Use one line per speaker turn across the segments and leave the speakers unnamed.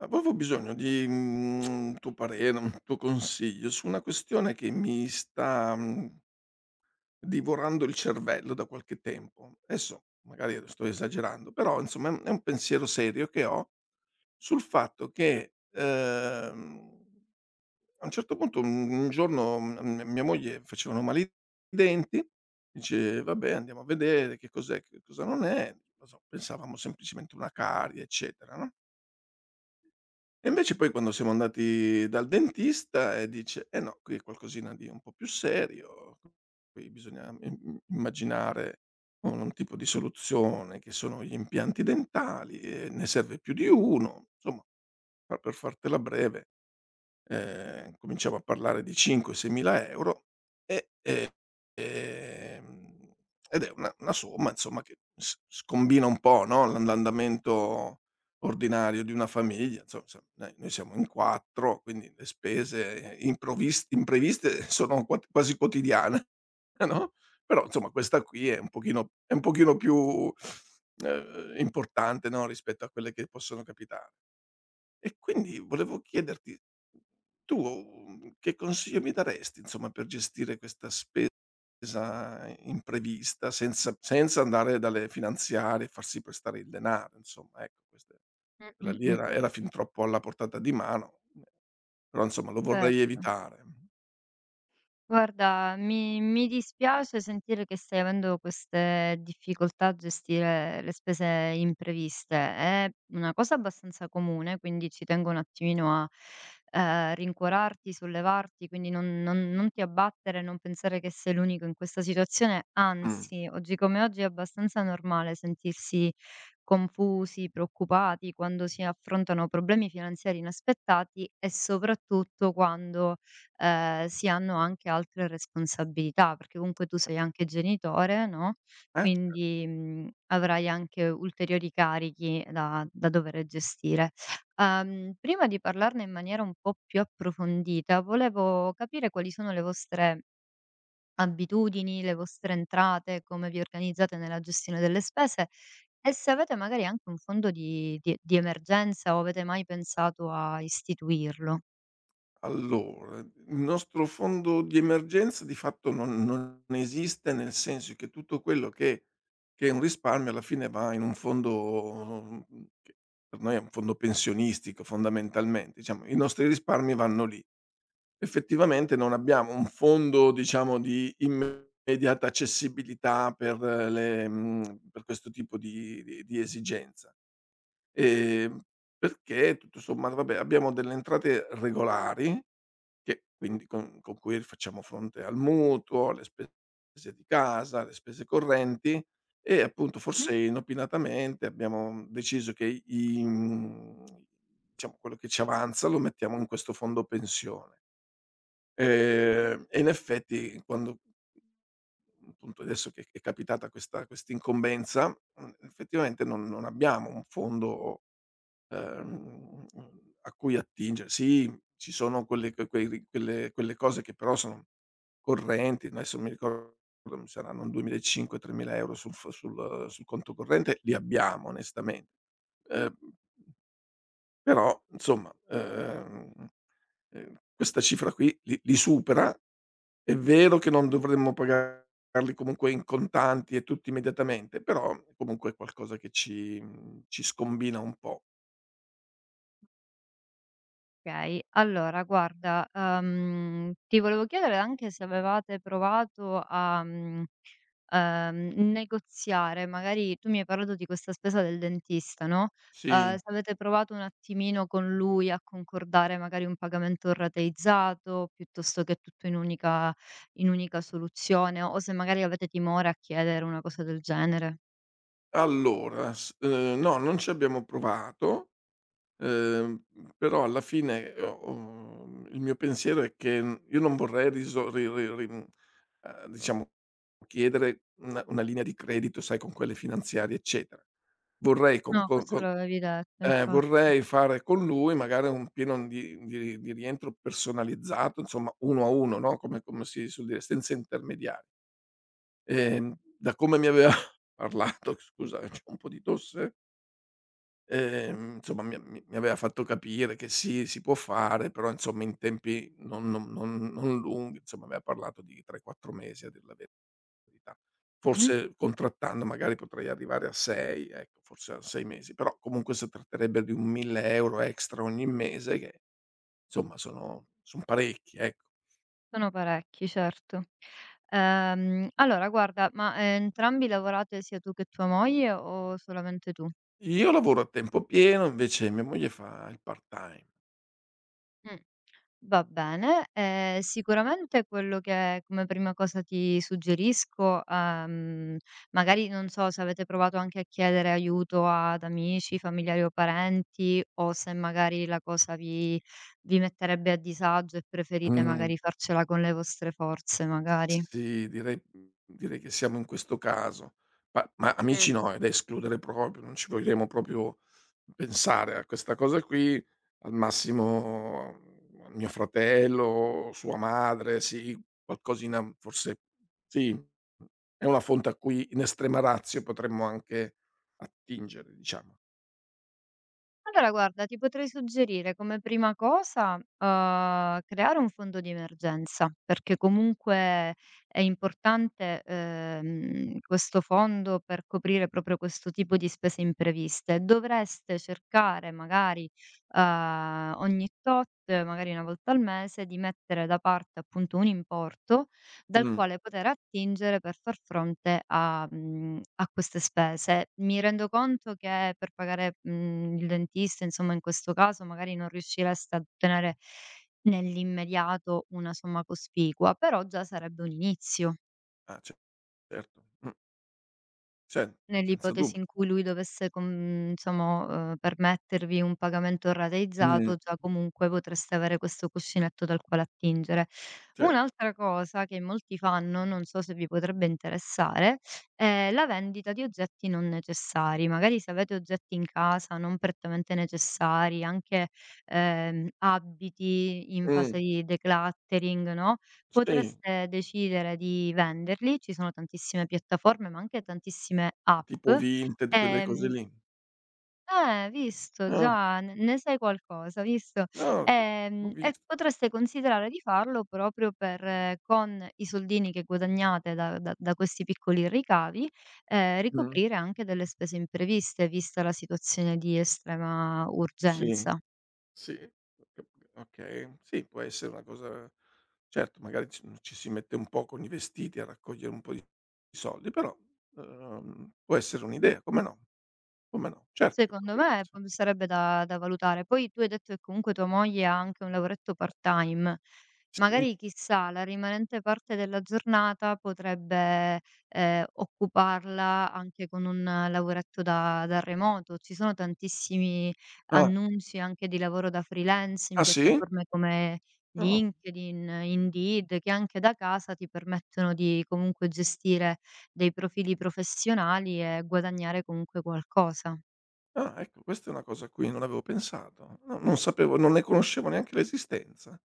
Avevo bisogno di un tuo parere, un tuo consiglio su una questione che mi sta divorando il cervello da qualche tempo. Adesso magari sto esagerando, però insomma è un pensiero serio che ho sul fatto che, a un certo punto un giorno, mia moglie facevano male i denti, dice: "Vabbè andiamo a vedere che cos'è, che cosa non è." Non so, pensavamo semplicemente una carie eccetera, no? E invece poi quando siamo andati dal dentista, e dice: "Eh no, qui è qualcosina di un po' più serio, qui bisogna im im immaginare un tipo di soluzione che sono gli impianti dentali e ne serve più di uno." Insomma, fa per fartela breve. Cominciamo a parlare di 5, 6.000 € eehm, ed è una somma insomma che s scombina un po', no, l'andamento ordinario di una famiglia. Insomma noi siamo in 4, quindi le spese improvis impreviste sono quat quasi quotidiane, no, però insomma questa qui è un pochino più, importante, no, rispetto a quelle che possono capitare. E quindi volevo chiederti, tu, che consiglio mi daresti, insomma, per gestire questa spesa imprevista senza andare dalle finanziarie e farsi prestare il denaro, insomma, ecco, queste
Mh,
quella
mh,
lì
mh,
era fin troppo alla portata di mano, però insomma lo vorrei
certo.
evitare.
Guarda, mi dispiace sentire che stai avendo queste difficoltà a gestire le spese impreviste. È una cosa abbastanza comune, quindi ci tengo un attimino a, rincuorarti, sollevarti, quindi non ti abbattere, non pensare che sei l'unico in questa situazione,
Mh.
anzi, oggi come oggi è abbastanza normale sentirsi confusi, preoccupati quando si affrontano problemi finanziari inaspettati e soprattutto quando si hanno anche altre responsabilità, perché comunque tu sei anche genitore, no,
Eh.
quindi, avrai anche ulteriori carichi da dover gestire. Prima di parlarne in maniera un po' più approfondita, volevo capire quali sono le vostre abitudini, le vostre entrate, come vi organizzate nella gestione delle spese e se avete magari anche un fondo di emergenza o avete mai pensato a istituirlo.
Allora, il nostro fondo di emergenza di fatto non esiste, nel senso che tutto quello che è un risparmio alla fine va in un fondo, che per noi è un fondo pensionistico fondamentalmente; diciamo, i nostri risparmi vanno lì. Effettivamente non abbiamo un fondo, diciamo, di immediata accessibilità per questo tipo di esigenza. Ehm, Perché tutto sommato, vabbè, abbiamo delle entrate regolari che quindi con cui facciamo fronte al mutuo, alle spese di casa, alle spese correnti, e appunto
Mh?
forse inopinatamente abbiamo deciso che diciamo quello che ci avanza lo mettiamo in questo fondo pensione. E in effetti quando appunto adesso che è capitata questa quest'incombenza, effettivamente non abbiamo un fondo ehm, a cui attinge. Sì, ci sono quelle que quei ri quelle quelle cose che però sono correnti, adesso non mi ricordo, saranno un 2.500, 3.000 € sul f sul sul conto corrente, li abbiamo onestamente. Ehm, Però insomma, questa cifra qui li supera. È vero che non dovremmo pagarli comunque in contanti e tutti immediatamente, però comunque è qualcosa che ci scombina un po'.
Okay, allora guarda, ti volevo chiedere anche se avevate provato a, negoziare, magari tu mi hai parlato di questa spesa del dentista, no,
Sì.
se avete provato un attimino con lui a concordare magari un pagamento rateizzato, piuttosto che tutto in unica soluzione, o se magari avete timore a chiedere una cosa del genere.
Allora, s no, non ci abbiamo provato, uhm, però alla fine, il mio pensiero è che, io non vorrei riso ri ri ri mhmm, diciamo chiedere una linea di credito, sai, con quelle finanziarie, eccetera. Vorrei con
No,
con
questo
con
l'avevi detto infatti.
vorrei fare con lui magari un pieno di rientro personalizzato, insomma, uno a uno, no, come si suol dire, senza intermediari. Da come mi aveva parlato, scusa, c'ho un po' di tosse? Insomma mi a mi mi aveva fatto capire che sì, si può fare, però insomma in tempi non lunghi, insomma aveva parlato di 3, 4 mesi a dir la verità.
Mh-mh.
Forse contrattando magari potrei arrivare a 6, ecco, forse a 6 mesi, però comunque si tratterebbe di un 1.000 € extra ogni mese che, insomma, sono son parecchi, ecco.
Sono parecchi, certo. Allora guarda, ma, entrambi lavorate sia tu che tua moglie o solamente tu?
Io lavoro a tempo pieno, invece mia moglie fa il part-time.
Mh, va bene. Sicuramente quello che come prima cosa ti suggerisco, magari non so se avete provato anche a chiedere aiuto ad amici, familiari o parenti, o se magari la cosa vi metterebbe a disagio e preferite
Mh.
magari farcela con le vostre forze, magari.
Sì, direi che siamo in questo caso. Ma
Mh.
amici no, è da escludere proprio, non ci vogliamo proprio pensare a questa cosa qui. Al massimo, mio fratello, sua madre, sì, qualcosina forse, sì, è una fonte a cui in estrema ratio potremmo anche attingere, diciamo.
Allora guarda, ti potrei suggerire come prima cosa, creare un fondo di emergenza, perché comunque è importante, questo fondo per coprire proprio questo tipo di spese impreviste. Dovreste cercare magari, ogni tot, magari 1 volta al mese, di mettere da parte appunto un importo dal
Mh,
quale poter attingere per far fronte a a queste spese. Mi rendo conto che per pagare, il dentista, insomma, in questo caso magari non riuscireste a ottenere nell'immediato una somma cospicua, però già sarebbe un inizio.
ah, ce certo. Ce senza
Nell'ipotesi
dubbio.
in cui lui dovesse com diciamo, permettervi un pagamento
Mh,
rateizzato, già comunque potreste avere questo cuscinetto dal quale attingere.
ce
Un'altra cosa che molti fanno, non so se vi potrebbe interessare, è la vendita di oggetti non necessari. Magari se avete oggetti in casa non prettamente necessari, anche, abiti in
mh,
fase di decluttering, no,
sì,
potreste decidere di venderli, ci sono tantissime piattaforme, ma anche tantissime app,
tipo Vinted, quelle cose
ehm
lì.
visto
Ah,
già n ne sai qualcosa, visto?
no, ho
E
visto.
potreste considerare di farlo proprio per con i soldini che guadagnate da questi piccoli ricavi,
Mh.
ricoprire anche delle spese impreviste, vista la situazione di estrema
Sì,
urgenza.
sì, ho cap okay, sì, può essere una cosa, certo. Magari ci si mette un po' con i vestiti a raccogliere un po' di soldi, però, può essere un'idea, come no? Come no? Certo che
Secondo
potrebbe
me
essere.
p sarebbe da valutare. Poi tu hai detto che comunque tua moglie ha anche un lavoretto part-time.
Sì.
Magari chissà, la rimanente parte della giornata potrebbe, occuparla anche con un lavoretto da remoto. Ci sono tantissimi
Ah,
annunci anche di lavoro da freelance in
ah sì?
piattaforme come
Ah,
LinkedIn, Indeed, che anche da casa ti permettono di comunque gestire dei profili professionali e guadagnare comunque qualcosa.
ah, ecco, questa è una cosa a cui non avevo pensato. No, non sapevo, non ne conoscevo neanche l'esistenza.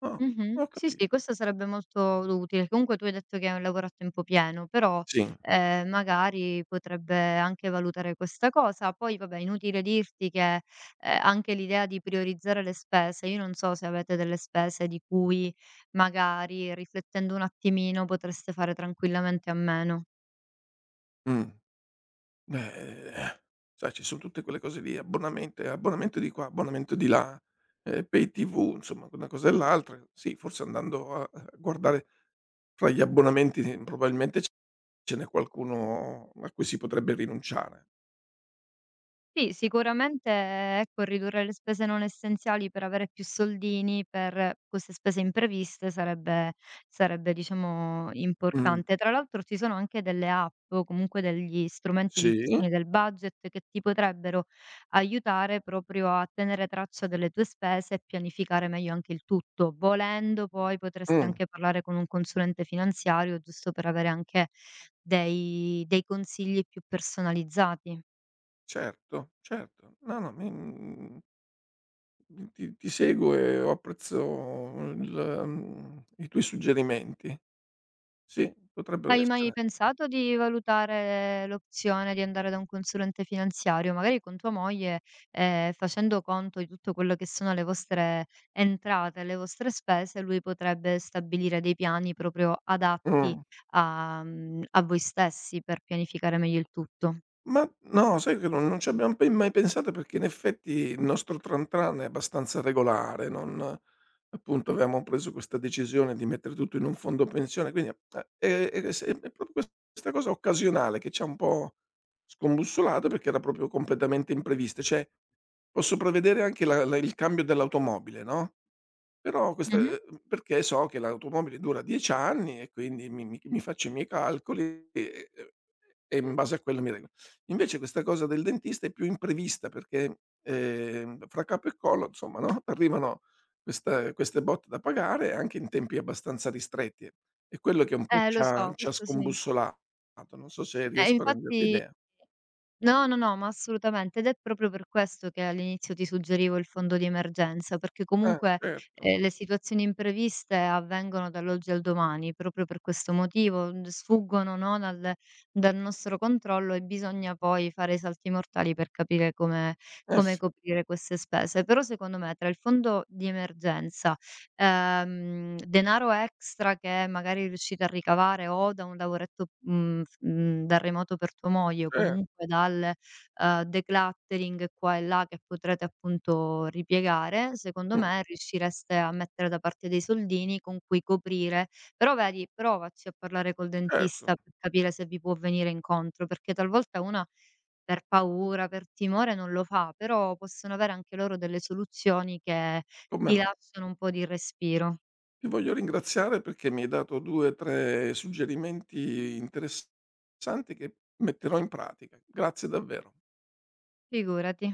Ah,
Mh-mh.
ho
Sì, sì,
capito.
questo sarebbe molto utile. Comunque tu hai detto che è un lavoro a tempo pieno, però,
Sì.
magari potrebbe anche valutare questa cosa. Poi vabbè, inutile dirti che, anche l'idea di priorizzare le spese, io non so se avete delle spese di cui magari riflettendo un attimino potreste fare tranquillamente a meno.
Mh. Beh, sai, ci son tutte quelle cose lì, abbonamente abbonamento di qua, abbonamento di là, pay TV, insomma una cosa e l'altra. Sì, forse andando a guardare fra gli abbonamenti, probabilmente c ce n'è qualcuno a cui si potrebbe rinunciare.
Sì, sicuramente, ecco, ridurre le spese non essenziali per avere più soldini per queste spese impreviste sarebbe, diciamo,
Mh.
importante. Tra l'altro ci sono anche delle app o comunque degli strumenti di
Sì.
gestione del budget che ti potrebbero aiutare proprio a tenere traccia delle tue spese e pianificare meglio anche il tutto. Volendo poi potresti
Mh.
anche parlare con un consulente finanziario, giusto per avere anche dei consigli più personalizzati.
Certo, certo. No, no, mi, ti seguo e ho apprezzo i tuoi suggerimenti. Sì, potrebbero
Hai mai
essere.
pensato di valutare l'opzione di andare da un consulente finanziario, magari con tua moglie, facendo conto di tutto quello che sono le vostre entrate e le vostre spese, lui potrebbe stabilire dei piani proprio adatti
Mh.
a a voi stessi per pianificare meglio il tutto.
Ma no, sai che non ci abbiam pe mai pensato, perché in effetti il nostro tran tran è abbastanza regolare. Non, appunto, avevamo preso questa decisione di mettere tutto in un fondo pensione, quindi e se è proprio questa cosa occasionale che ci ha un po' scombussolato, perché era proprio completamente imprevista. Cioè, posso prevedere anche la la il cambio dell'automobile, no, però questa
Mh-mh.
ehm, perché so che l'automobile dura 10 anni e quindi mi faccio i miei calcoli e in base a quello mi rego invece questa cosa del dentista è più imprevista perché, fra capo e collo insomma, no, arrivano queste botte da pagare anche in tempi abbastanza ristretti. È quello che un po'
Lo so,
ci ha
questo sì.
scombussolato, non so se riesco a renderti
Infatti
idea.
no, no, no, ma assolutamente ed è proprio per questo che all'inizio ti suggerivo il fondo di emergenza, perché comunque,
Certo.
le situazioni impreviste avvengono dall'oggi al domani, proprio per questo motivo, sfuggono, no, dal nostro controllo e bisogna poi fare i salti mortali per capire
Eh
come
sì,
coprire queste spese. Però secondo me tra il fondo di emergenza denaro extra che magari riuscite a ricavare o da un lavoretto, da remoto per tua moglie o
cer
comunque dal, decluttering qua e là che potrete appunto ripiegare, secondo
mh,
me riuscireste a mettere da parte dei soldini con cui coprire però vedi, provaci a parlare col
certo,
dentista per capire se vi può venire incontro, perché talvolta una per paura, per timore non lo fa, però possono avere anche loro delle soluzioni che
come
ti
no.
lasciano un po' di respiro,
Ti voglio ringraziare perché mi hai dato 2, 3 suggerimenti interessanti che metterò in pratica. Grazie davvero.
figurati.